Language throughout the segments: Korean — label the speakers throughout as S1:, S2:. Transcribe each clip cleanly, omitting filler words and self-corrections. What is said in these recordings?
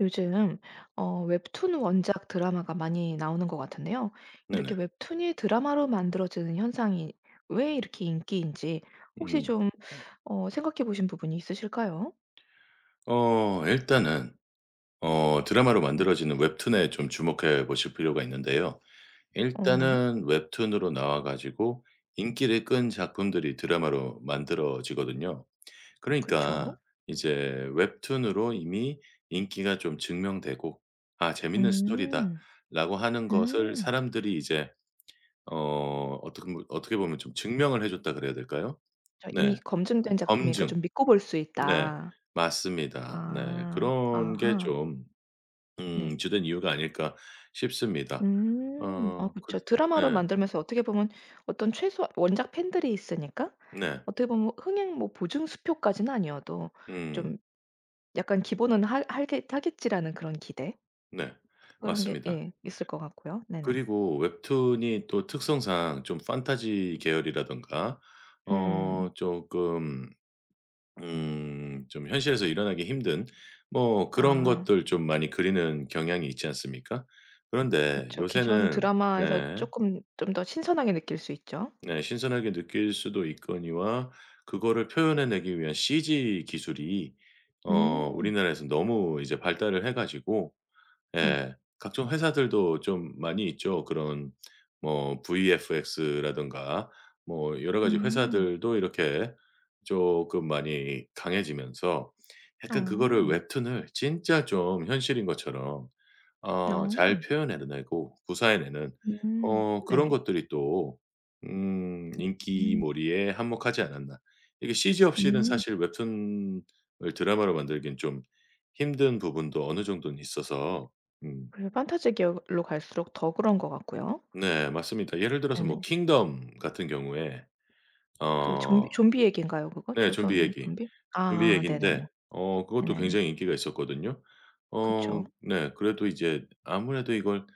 S1: 요즘 웹툰 원작 드라마가 많이 나오는 것 같은데요.
S2: 네네.
S1: 이렇게 웹툰이 드라마로 만들어지는 현상이 왜 이렇게 인기인지 혹시
S2: 음.
S1: 좀 생각해 보신 부분이 있으실까요?
S2: 일단은 드라마로
S1: 네.
S2: 만들어지는 웹툰에 좀 주목해 보실 필요가 있는데요.
S1: 어 네.
S2: 일단은 웹툰으로 나와 가지고 인기를 끈 작품들이 드라마로 만들어지거든요.
S1: 그쵸.
S2: 그러니까 이제 웹툰으로 이미 인기가 좀 증명되고 '아 재밌는
S1: 음.
S2: 스토리다.'라고 하는 것을
S1: 음.
S2: 사람들이 이제 어떻게 보면 좀 증명을 해 줬다 그래야 될까요?
S1: 저
S2: 네.
S1: 이미 검증된 작품이니까
S2: 검증.
S1: 좀 믿고 볼 수
S2: 네.
S1: 있다.
S2: 맞습니다. 네.
S1: 아.
S2: 그런 게
S1: 아하.
S2: 좀
S1: 네.
S2: 주된 이유가 아닐까 싶습니다.
S1: 음. 아
S2: 어 그
S1: 그쵸. 드라마로
S2: 네.
S1: 만들면서 어떻게 보면 어떤 최소한 원작 팬들이 있으니까
S2: 네.
S1: 어떻게 보면 흥행 뭐 보증 수표까지는 아니어도
S2: 음
S1: 좀 약간 기본은 하 하겠 하겠지라는 그런 기대,
S2: 네.
S1: 그런 게
S2: 맞습니다.
S1: 예 있을 것 같고요. 네네.
S2: 그리고 웹툰이 또 특성상 좀 판타지 계열이라든가
S1: 음.
S2: 쪼끔 좀 현실에서 일어나기 힘든 뭐 그런
S1: 아
S2: 것들 좀 많이 그리는 경향이 있지 않습니까? 그런데
S1: 그쵸. 기존
S2: 요새는
S1: 드라마에서
S2: 네.
S1: 조금 좀 더 신선하게 느낄 수 있죠.
S2: 네 신선하게 느낄 수도 있거니와 그거를 표현해 내기 위한 CG 기술이
S1: 음.
S2: 우리나라에서 너무 이제 발달을 해 가지고
S1: 네.
S2: 예 각종 회사들도 좀 많이 있죠. 그런 뭐 VFX라든가 뭐 여러 가지
S1: 음.
S2: 회사들도 이렇게 조금 많이 강해지면서 약간 그거를
S1: 어.
S2: 웹툰을 진짜 좀 현실인 것처럼
S1: 어.
S2: 잘 표현해내고 구사해내는
S1: 음.
S2: 그런
S1: 네네.
S2: 것들이 또
S1: 음.
S2: 인기몰이에 한몫하지 않았나. 이게 CG 없이는
S1: 음.
S2: 사실 웹툰을 드라마로 만들긴 좀 힘든 부분도 어느 정도는 있어서 음
S1: 그래서 판타지 계열로 갈수록 더 그런 것 같고요.
S2: 네 맞습니다. 예를 들어서 뭐
S1: 네네.
S2: 킹덤 같은 경우에
S1: 그
S2: 어
S1: 좀비 얘기인가요 그거?
S2: 네 좀비
S1: 조선
S2: 얘기.
S1: 좀비? 아
S2: 좀비
S1: 아
S2: 얘기인데
S1: 네네네.
S2: 그것도
S1: 네네네.
S2: 굉장히 인기가 있었거든요.
S1: 그쵸.
S2: 네 그래도 이제 아무래도 이걸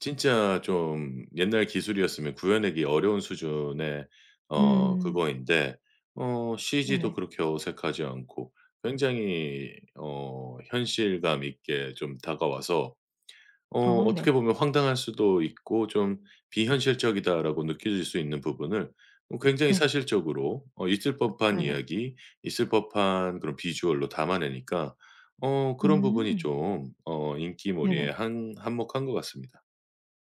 S2: 진짜 좀 옛날 기술이었으면 구현하기 어려운 수준의
S1: 음.
S2: 그거인데 CG도
S1: 네네.
S2: 그렇게 어색하지 않고 굉장히 현실감 있게 좀 다가와서
S1: 아
S2: 어떻게
S1: 네.
S2: 보면 황당할 수도 있고 좀 '비현실적이다.'라고 느껴질 수 있는 부분을 굉장히
S1: 네.
S2: 사실적으로 있을 법한
S1: 네네.
S2: 이야기, 있을 법한 그런 비주얼로 담아내니까 그런 부분이
S1: 음.
S2: 좀 인기몰이에
S1: 네네.
S2: 한 한몫한 것 같습니다.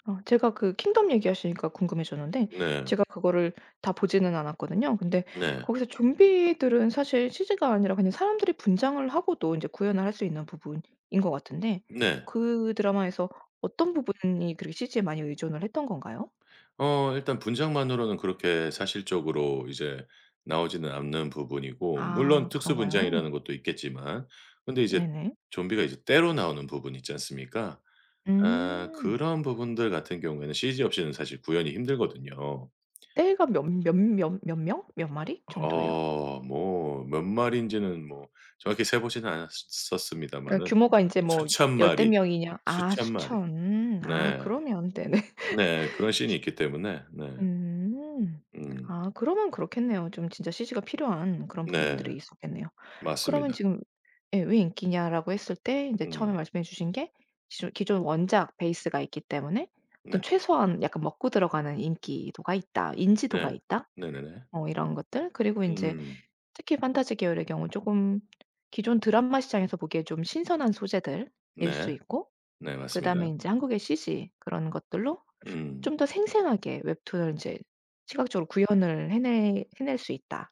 S1: 어 제가 그 킹덤 얘기하시니까 궁금해졌는데,
S2: 네.
S1: 제가 그거를 다 보지는 않았거든요. 근데
S2: 네.
S1: 거기서 좀비들은 사실 CG가 아니라 그냥 사람들이 분장을 하고도 인제 구현을 할 수 있는 부분인 것 같은데,
S2: 네.
S1: 그 드라마에서 어떤 부분이 그렇게 CG에 많이 의존을 했던 건가요?
S2: 일단 분장만으로는 그렇게 사실적으로 이제 나오지는 않는 부분이고 물론
S1: 아
S2: 특수
S1: 그런가요?
S2: 분장이라는 것도 있겠지만 근데 이제
S1: 네네.
S2: 좀비가 이제 떼로 나오는 부분 있지 않습니까? 아
S1: 음.
S2: 그런 부분들 같은 경우에는 CG 없이는 사실 구현이 힘들거든요.
S1: 떼가 몇 명? 몇 마리 정도예요?
S2: 뭐 몇 마리인지는 뭐 정확히 세 보지는
S1: 그러니까
S2: 않았었습니다마는
S1: 규모가 이제 뭐
S2: 수천
S1: 열대
S2: 마리,
S1: 명이냐, 아
S2: 수천 마리.
S1: 수천. 음. 아
S2: 네.
S1: 그러면 되네.
S2: 네. 그런 씬이 있기 때문에 네.
S1: 음.
S2: 음.
S1: 아 그러면 그렇겠네요. 좀 진짜 CG가 필요한 그런
S2: 네.
S1: 부분들이 있었겠네요. 그러면
S2: 맞습니다.
S1: 지금 예 왜 인기냐라고 했을 때 이제 처음에
S2: 음.
S1: 말씀해 주신 게 기존 원작 베이스가 있기 때문에 어떤
S2: 네.
S1: 최소한 약간 먹고 들어가는 인기도가 있다, 인지도가
S2: 네.
S1: 있다,
S2: 네네네.
S1: 어 이런 것들, 그리고 이제
S2: 음.
S1: 특히 판타지 계열의 경우 조금 기존 드라마 시장에서 보기에 좀 신선한 소재들일 수
S2: 네.
S1: 있고,
S2: 네
S1: 그다음에
S2: 맞습니다.
S1: 인제 한국의 CG 그런 것들로 좀
S2: 음.
S1: 더 생생하게 웹툰을 인제 시각적으로 구현을 해내 해낼 수 있다.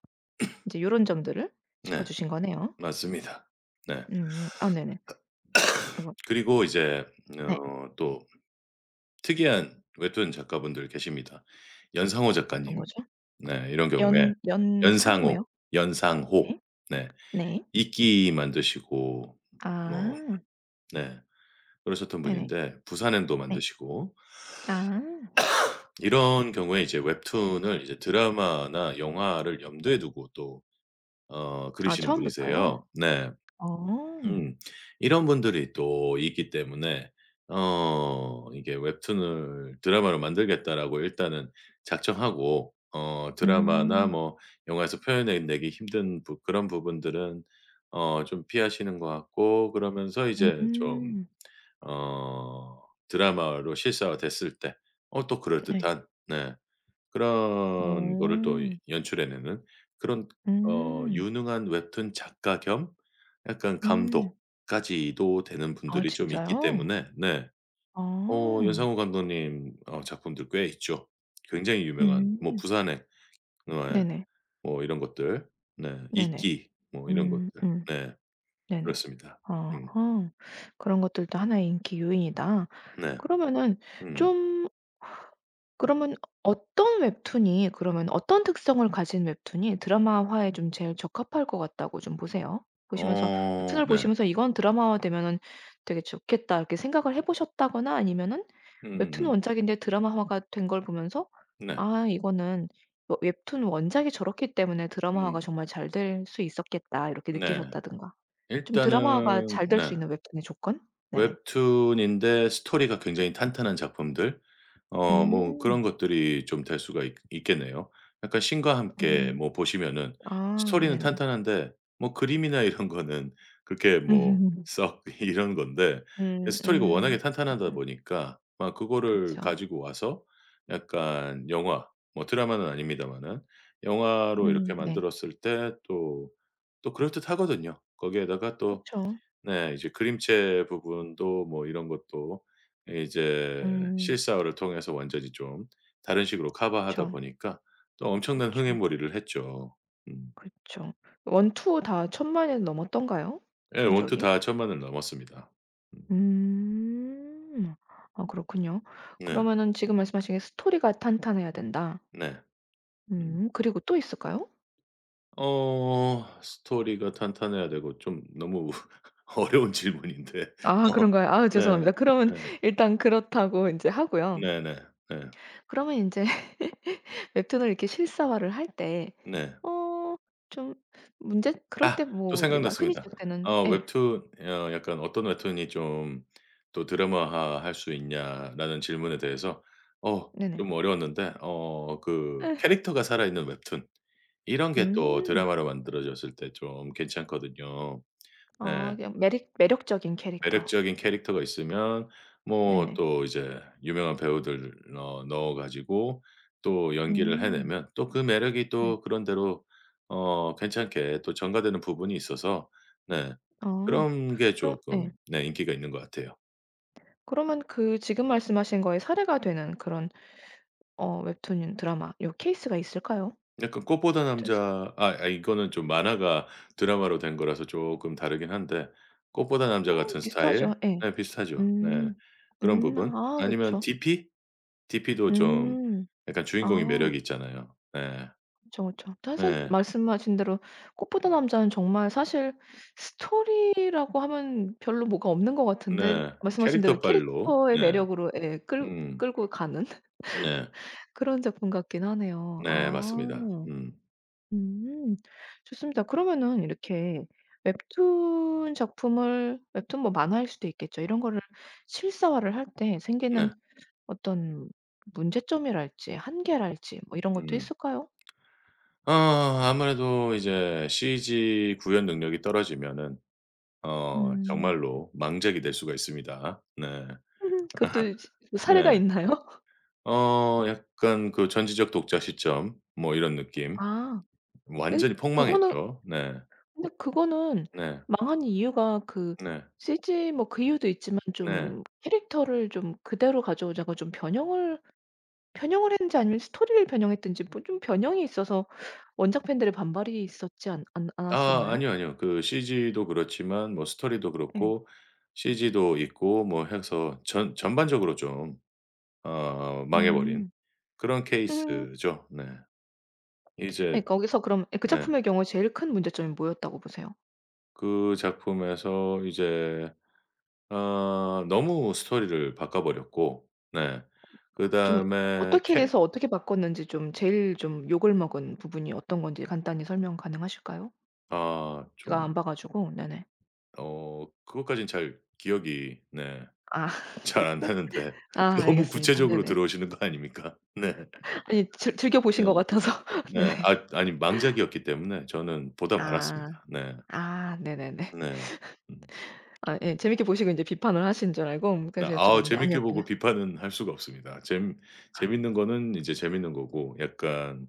S1: 인제 요런 점들을 짚어
S2: 네.
S1: 주신 거네요.
S2: 맞습니다. 네.
S1: 음. 음. 아 네네. 그거.
S2: 그리고 이제
S1: 네.
S2: 또 특이한 웹툰 작가분들 계십니다. 연상호
S1: 어떤
S2: 작가님.
S1: 거죠?
S2: 네. 이런 경우에
S1: 연
S2: 연상호,
S1: 연상호요?
S2: 연상호.
S1: 네.
S2: 네.
S1: 네.
S2: 이끼 만드시고 뭐
S1: 아.
S2: 네. 그러셨던
S1: 네네.
S2: 분인데 부산행도
S1: 네.
S2: 만드시고
S1: 아.
S2: 이런 경우에 이제 웹툰을 이제 드라마나 영화를 염두에 두고 또
S1: 아
S2: 그러시는
S1: 처음부터요?
S2: 분이세요. 네.
S1: 어.
S2: 음. 이런 분들이 또 있기 때문에 이게 '웹툰을 드라마로 만들겠다.'라고 일단은 작정하고 드라마나
S1: 음.
S2: 뭐 영화에서 표현해 내기 힘든 부 그런 부분들은 좀 피하시는 것 같고 그러면서 이제 좀
S1: 음.
S2: 어 드라마로 실사화됐을 때 또
S1: 네.
S2: 그럴듯한 네 그런 거를 또
S1: 오.
S2: 연출해 내는 그런
S1: 음.
S2: 유능한 웹툰 작가 겸 약간
S1: 음.
S2: 감독까지도 되는
S1: 아
S2: 분들이 좀 있기
S1: 진짜요?
S2: 때문에 네.
S1: 아.
S2: 연상호 감독님 작품들 꽤 있죠. 굉장히 유명한 뭐
S1: 음.
S2: 부산행 네
S1: 네네.
S2: 뭐 이런 것들. 네.
S1: 네네.
S2: 이끼 뭐 이런
S1: 음
S2: 것들.
S1: 음.
S2: 네.
S1: 네네.
S2: 그렇습니다. 음.
S1: 아하. 그런 것들도 하나의 인기 요인이다.
S2: 네.
S1: 그러면은
S2: 음.
S1: 좀, 그러면 어떤 웹툰이, 그러면 어떤 특성을 가진 웹툰이 드라마화에 좀 제일 적합할 것 같다고 좀 보세요? 보시면서,
S2: 어
S1: 웹툰을
S2: 네.
S1: 보시면서 '이건 드라마화 되면은 되게 좋겠다.' 이렇게 생각을 해 보셨다거나, 아니면은 웹툰
S2: 음음음.
S1: 원작인데 드라마화가 된 걸 보면서
S2: 네.
S1: '아 이거는 뭐 웹툰 원작이 저렇기 때문에 드라마화가
S2: 음.
S1: 정말 잘 될 수 있었겠다.' 이렇게
S2: 네.
S1: 느끼셨다든가. 좀 드라마화가
S2: 일단은
S1: 잘 될 수
S2: 네.
S1: 있는 웹툰의 조건? 네네.
S2: 웹툰인데 스토리가 굉장히 탄탄한 작품들 뭐
S1: 음.
S2: 그런 것들이 좀 될 수가 있 있겠네요. 약간 신과 함께
S1: 음.
S2: 뭐 보시면은
S1: 아
S2: 스토리는
S1: 네네.
S2: 탄탄한데 뭐 그림이나 이런 거는 그렇게 뭐 썩 이런 건데 예 스토리가 워낙에 탄탄하다
S1: 그쵸.
S2: 보니까 막 그거를
S1: 그쵸.
S2: 가지고 와서 약간 영화 뭐 드라마는 아닙니다마는 영화로 이렇게
S1: 네.
S2: 만들었을 때 또 또 그럴듯하거든요. 거기에다가 또
S1: 그쵸.
S2: 네. 이제 그림체 부분도 뭐 이런 것도 이제
S1: 음.
S2: 실사화를 통해서 완전히 좀 다른 식으로 커버하다
S1: 그쵸,
S2: 보니까 또 엄청난
S1: 그쵸,
S2: 흥행몰이를 했죠. 음.
S1: 그쵸. 1, 2다천만0엔 넘었던가요?
S2: 예. 원투
S1: 성적이?
S2: 다 1,000만을 넘었습니다. 음.
S1: 음. 아 그렇군요.
S2: 네.
S1: 그러면은 지금 말씀하신 게 스토리가 탄탄해야 된다.
S2: 네. 음.
S1: 음, 그리고 또 있을까요?
S2: 스토리가 탄탄해야 되고 좀 너무 어려운 질문인데.
S1: 아
S2: 어
S1: 그런가요? 아
S2: 네.
S1: 죄송합니다. 그러면
S2: 네.
S1: 일단 그렇다고 이제 하고요.
S2: 네네. 네. 네.
S1: 그러면 이제 웹툰을 이렇게 실사화를 할 때
S2: 네.
S1: 어 좀 문제, 그럴
S2: 아
S1: 때
S2: 또
S1: 뭐 막 흔히
S2: 생각났습니다.
S1: 지적되는 예.
S2: 웹툰 약간 "어떤 웹툰이 좀 또 드라마화할 수 있냐?"라는 질문에 대해서
S1: 네네.
S2: 좀 어려웠는데 그
S1: 에.
S2: 캐릭터가 살아있는 웹툰 이런 게 또
S1: 음.
S2: 드라마로 만들어졌을 때 좀 괜찮거든요.
S1: 아
S2: 네.
S1: 그냥 매 매력적인 캐릭터.
S2: 매력적인 캐릭터가 있으면 뭐
S1: 네네.
S2: 또 이제 유명한 배우들 넣어 가지고 또 연기를
S1: 음.
S2: 해내면 또 그 매력이
S1: 네.
S2: 또 그런 대로 괜찮게 또 전가되는 부분이 있어서 네
S1: 어.
S2: 그런 게
S1: 그럼
S2: 쪼끔
S1: 예.
S2: 네 인기가 있는 것 같아요.
S1: 그러면 그 지금 말씀하신 거에 사례가 되는 그런 어 웹툰 드라마 요 케이스가 있을까요?
S2: 약간 꽃보다
S1: 어쩐지.
S2: 남자 아 이거는 좀 만화가 드라마로 된 거라서 쪼끔 다르긴 한데 꽃보다 남자 같은 스타일
S1: 비슷하죠. 예.
S2: 네 비슷하죠. 네.
S1: 음.
S2: 그런 부분.
S1: 아
S2: 아니면
S1: 그쵸.
S2: 디 p DP도 좀
S1: 음.
S2: 약간 주인공의
S1: 아
S2: 매력이 있잖아요. 네.
S1: 그쵸, 그쵸. 사실
S2: 네.
S1: 말씀하신 대로 꽃보다 남자는 정말 사실 스토리라고 하면 별로 뭐가 없는 것 같은데,
S2: 네.
S1: 말씀하신 대로
S2: 캐릭터 발로.
S1: 캐릭터의
S2: 네.
S1: 매력으로 예 끌
S2: 음.
S1: 끌고 가는
S2: 네.
S1: 그런 작품 같긴 하네요.
S2: 네.
S1: 아.
S2: 맞습니다. 음.
S1: 음. 좋습니다. 그러면은 이렇게 웹툰 작품을, 웹툰 뭐 만화일 수도 있겠죠, 이런 거를 실사화를 할 때 생기는
S2: 네.
S1: 어떤 문제점이랄지 한계랄지 뭐 이런 것도
S2: 음.
S1: 있을까요?
S2: 아무래도 이제 CG 구현 능력이 떨어지면은
S1: 음.
S2: 정말로 망작이 될 수가 있습니다. 네.
S1: 그것도 이제 사례가
S2: 네.
S1: 있나요?
S2: 약간 그 전지적 독자 시점 뭐 이런 느낌.
S1: 아 근데
S2: 완전히
S1: 그거는,
S2: 폭망했죠. 네.
S1: 근데 그거는
S2: 네.
S1: 망한 이유가 그
S2: 네.
S1: CG 뭐 그 이유도 있지만,
S2: 네.
S1: 좀 캐릭터를 좀 그대로 가져오자고 좀 변형을 했는지, 아니면 스토리를 변형했든지 뭐 좀 변형이 있어서 원작 팬들의 반발이 있었지 않 않
S2: 아
S1: 않았었나요?
S2: 아니요, 아니요. 그 CG도 그렇지만 뭐 스토리도
S1: 예.
S2: 그렇고 CG도 있고 뭐 해서 전 전반적으로 좀 망해 버린
S1: 음.
S2: 그런
S1: 음.
S2: 케이스죠. 네. 이제
S1: 예 거기서 그럼 예 그
S2: 네.
S1: 작품의 경우 제일 큰 문제점이 뭐였다고 보세요?
S2: 그 작품에서 이제 너무 스토리를 바꿔 버렸고 네.
S1: 좀
S2: 그다음에
S1: 어떻게
S2: 캐
S1: 해서 어떻게 바꿨는지, 좀 제일 좀 욕을 먹은 부분이 어떤 건지 간단히 설명 가능하실까요?
S2: 아
S1: 제가
S2: 좀
S1: 안 봐 가지고. 네네.
S2: 그것까진 잘 기억이 네
S1: 아.
S2: 잘 안 나는데
S1: 아
S2: 너무
S1: 알겠습니다.
S2: 구체적으로
S1: 네네.
S2: 들어오시는 거 아닙니까? 네.
S1: 아니 즐 즐겨
S2: 네.
S1: 보신 것 같아서. 네네.
S2: 네. 아 아니 망작이었기 때문에 저는 보다
S1: 아.
S2: 말았습니다. 네.
S1: 아 네네네.
S2: 네. 음.
S1: 아 예. 재밌게 보시고 이제 비판을 하신 줄 알고
S2: 네.
S1: 그래서
S2: 아
S1: 여쭤봤는데
S2: 재밌게
S1: 아니었군요.
S2: 보고 비판은 할 수가 없습니다. 재미 재밌는 거는 이제 재밌는 거고 약간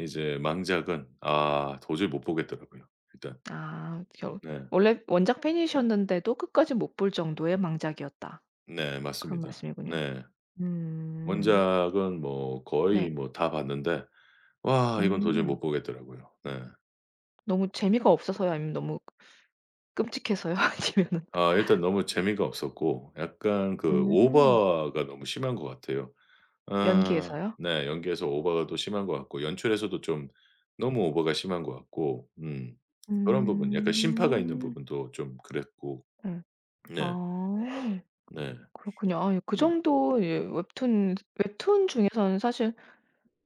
S2: 이제 망작은 아 도저히 못 보겠더라고요 일단.
S1: 아 결,
S2: 네.
S1: 원래 원작 팬이셨는데도 끝까지 못 볼 정도의 망작이었다.
S2: 네
S1: 그런
S2: 맞습니다.
S1: 말씀이군요.
S2: 네.
S1: 음.
S2: 원작은 뭐 거의
S1: 네.
S2: 뭐 다 봤는데 와 이건 도저히 못
S1: 음.
S2: 보겠더라고요. 네.
S1: 너무 재미가 없어서요? 아니면 너무 끔찍해서요? 아니면은.
S2: 아 일단 너무 재미가 없었고 약간 그
S1: 음.
S2: 오버가 너무 심한 것 같아요. 아
S1: 연기에서요?
S2: 네. 연기에서 오버가 또 심한 것 같고 연출에서도 좀 너무 오버가 심한 것 같고 그런 부분 약간 심파가 있는
S1: 음.
S2: 부분도 좀 그랬고
S1: 네.
S2: 네.
S1: 아.
S2: 네.
S1: 그렇군요. 아 예 그
S2: 네.
S1: 정도, 예 웹툰, 중에서는 사실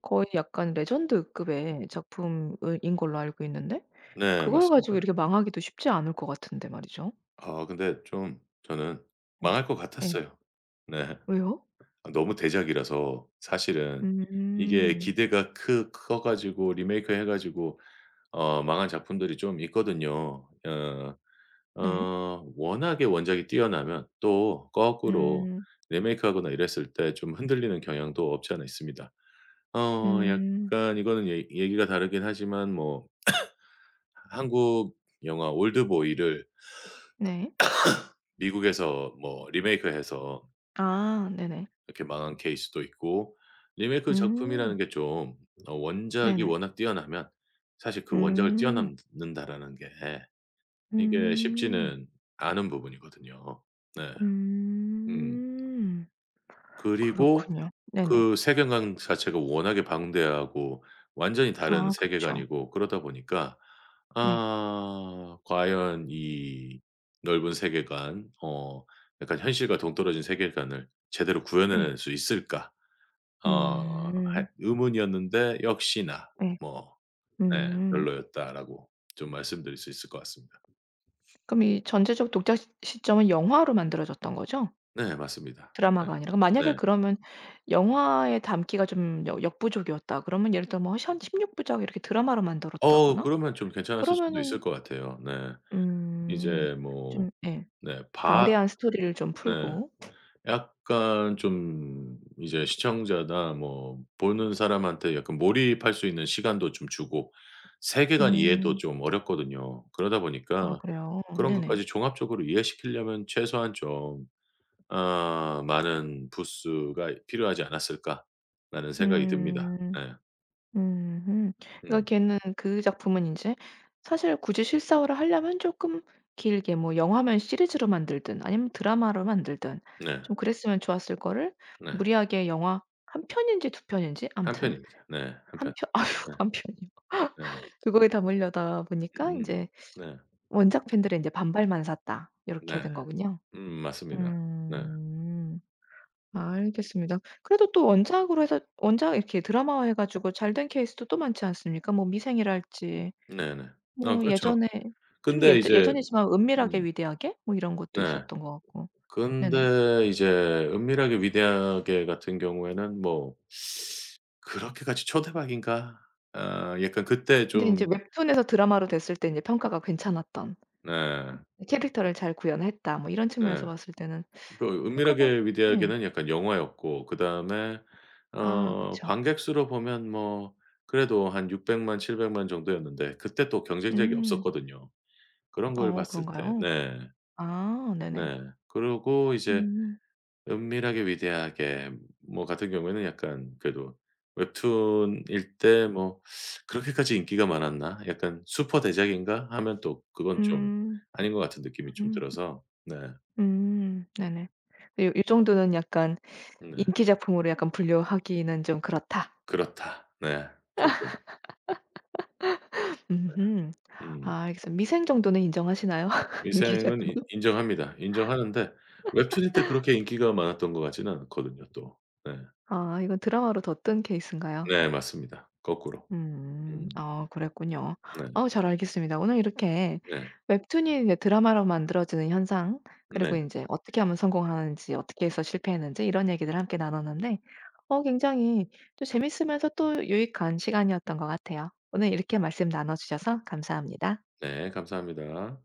S1: 거의 약간 레전드급의 작품을, 인 걸로 알고 있는데,
S2: 네.
S1: 그걸 가지고
S2: 맞습니다.
S1: 이렇게 망하기도 쉽지 않을 것 같은데 말이죠.
S2: 아 근데 좀 저는
S1: 네.
S2: 망할 것
S1: 예.
S2: 같았어요. 네.
S1: 왜요?
S2: 아 너무 대작이라서 사실은 이게
S1: 음.
S2: 기대가 크 커 가지고 리메이크 해 가지고 망한 작품들이 좀 있거든요.
S1: 네.
S2: 워낙에 원작이 뛰어나면 또 거꾸로
S1: 음.
S2: 리메이크 하거나 이랬을 때 좀 흔들리는 경향도 없지 않아 있습니다.
S1: 음.
S2: 약간 이거는 얘 얘기가 다르긴 하지만 뭐 한국 영화 올드보이를
S1: 네.
S2: 미국에서 뭐 리메이크해서
S1: 아 네네.
S2: 이렇게 망한 케이스도 있고 리메이크 작품이라는
S1: 음.
S2: 게 좀 원작이
S1: 네네.
S2: 워낙 뛰어나면 사실 그 원작을
S1: 음.
S2: 뛰어넘는다라는 게 이게
S1: 음.
S2: 쉽지는 않은 부분이거든요. 네. 음.
S1: 음.
S2: 그리고
S1: 그렇군요. 네네.
S2: 그 세계관 자체가 워낙에 방대하고 완전히 다른
S1: 아 그쵸.
S2: 세계관이고 그러다 보니까
S1: 네.
S2: 아 과연 이 넓은 세계관 약간 현실과 동떨어진 세계관을 제대로
S1: 예.
S2: 구현해낼 수 있을까?
S1: 음.
S2: 할 의문이었는데 역시나
S1: 예.
S2: 뭐 네
S1: 음.
S2: 별로였다라고 좀 말씀드릴 수 있을 것 같습니다.
S1: 그럼 이 전제적 독자 시 시점은 영화로 만들어졌던 거죠?
S2: 네 맞습니다. 네.
S1: 드라마가 아니라. 그럼 만약에,
S2: 네.
S1: 그러면 영화에 담기가 좀 역 역부족이었다. 그러면 예를 들어 뭐한16 부작 이렇게 드라마로 만들었다거나
S2: 그러면 좀 괜찮았을 수도 있을
S1: 그러면은,
S2: 것 같아요. 네.
S1: 음
S2: 이제 뭐
S1: 좀 예
S2: 네.
S1: 방대한 스토리를 좀
S2: 네.
S1: 풀고.
S2: 약간 좀 이제 시청자나 뭐 보는 사람한테 약간 몰입할 수 있는 시간도 좀 주고 세계관 이해도
S1: 음.
S2: 좀 어렵거든요. 그러다
S1: 아
S2: 보니까
S1: 그래요?
S2: 그런
S1: 네네.
S2: 것까지 종합적으로 이해시키려면 최소한 좀 아 '많은 부스가 필요하지 않았을까.'라는 생각이 듭니다.
S1: 음.
S2: 네.
S1: 음. 그러니까
S2: 음.
S1: 걔는, 그 작품은 인제 사실 굳이 실사화를 하려면 쪼끔 길게 뭐 영화면 시리즈로 만들든 아니면 드라마로 만들든
S2: 네.
S1: 좀 그랬으면 좋았을 거를,
S2: 네.
S1: 무리하게 영화 한 편인지 두 편인지
S2: 한
S1: 암튼
S2: 편입니다. 네. 한 편.
S1: 한 편. 아유,
S2: 네.
S1: 한 편이요.
S2: 네.
S1: 그거에 담으려다
S2: 음
S1: 보니까
S2: 음,
S1: 인제
S2: 네.
S1: 원작 팬들의 인제 반발만 샀다. 요렇게
S2: 네.
S1: 된 거군요.
S2: 맞습니다. 네.
S1: 음. 알겠습니다. 그래도 또 원작으로 해서, 원작 이렇게 드라마화 해 가지고 잘 된 케이스도 또 많지 않습니까? 뭐 미생이랄지,
S2: 네네. 아
S1: 뭐
S2: 그렇죠.
S1: 예전에 좀
S2: 근데
S1: 예
S2: 이제
S1: 예전이지만 은밀하게
S2: 음
S1: 위대하게 뭐 이런 것도
S2: 네.
S1: 있었던 것 같고. 네네.
S2: 근데 이제 은밀하게 위대하게 같은 경우에는 뭐 '그렇게까지 초대박인가?' 아 약간 그때
S1: 근데 인제
S2: 좀
S1: 웹툰에서 드라마로 됐을 때 인제 평가가 괜찮았던
S2: 네.
S1: '캐릭터를 잘 구현했다.' 뭐 이런 측면에서
S2: 네.
S1: 봤을 때는
S2: 그
S1: 평가가.
S2: 은밀하게
S1: 예.
S2: 위대하게는 약간 영화였고 그다음에
S1: 아 그쵸.
S2: 관객 수로 보면 뭐 그래도 한 6 0 0 700만 7 0 0 정도였는데 그때 또 경쟁작이
S1: 음.
S2: 없었거든요. 그런 걸
S1: 어
S2: 봤을 때
S1: 그런가요?
S2: 네.
S1: 아 네네.
S2: 네. 그러고 이제
S1: 음.
S2: 은밀하게 위대하게 뭐 같은 경우에는 약간 그래도 웹툰일 때 뭐 '그렇게까지 인기가 많았나? 약간 슈퍼 대작인가?' 하면 또 그건 좀
S1: 음.
S2: 아닌 것 같은 느낌이 좀
S1: 음.
S2: 들어서 네.
S1: 음. 네네. 요 요 정도는 약간
S2: 네.
S1: 인기 작품으로 약간 분류하기는 좀 그렇다.
S2: 그렇다. 네. 조금.
S1: 음흠.
S2: 음.
S1: 아 알겠습니다. 미생 정도는 인정하시나요? 인기
S2: 인생은
S1: 작품?
S2: 인 인정합니다. 인정하는데 웹툰일 때 그렇게 인기가 많았던 것 같지는 않거든요 또. 네.
S1: 아 이건 드라마로 더 뜬 케이스인가요?
S2: 네 맞습니다. 거꾸로.
S1: 음.
S2: 음.
S1: 아 그랬군요. 어
S2: 네.
S1: 잘 알겠습니다. 오늘 이렇게
S2: 네.
S1: 웹툰이 이제 드라마로 만들어지는 현상,
S2: 네.
S1: 그리고 인제 어떻게 하면 성공하는지 어떻게 해서 실패했는지 이런 얘기들 함께 나눴는데, 어 굉장히 또 재밌으면서 또 유익한 시간이었던 것 같아요. 오늘 이렇게 말씀 나눠 주셔서 감사합니다.
S2: 네. 감사합니다.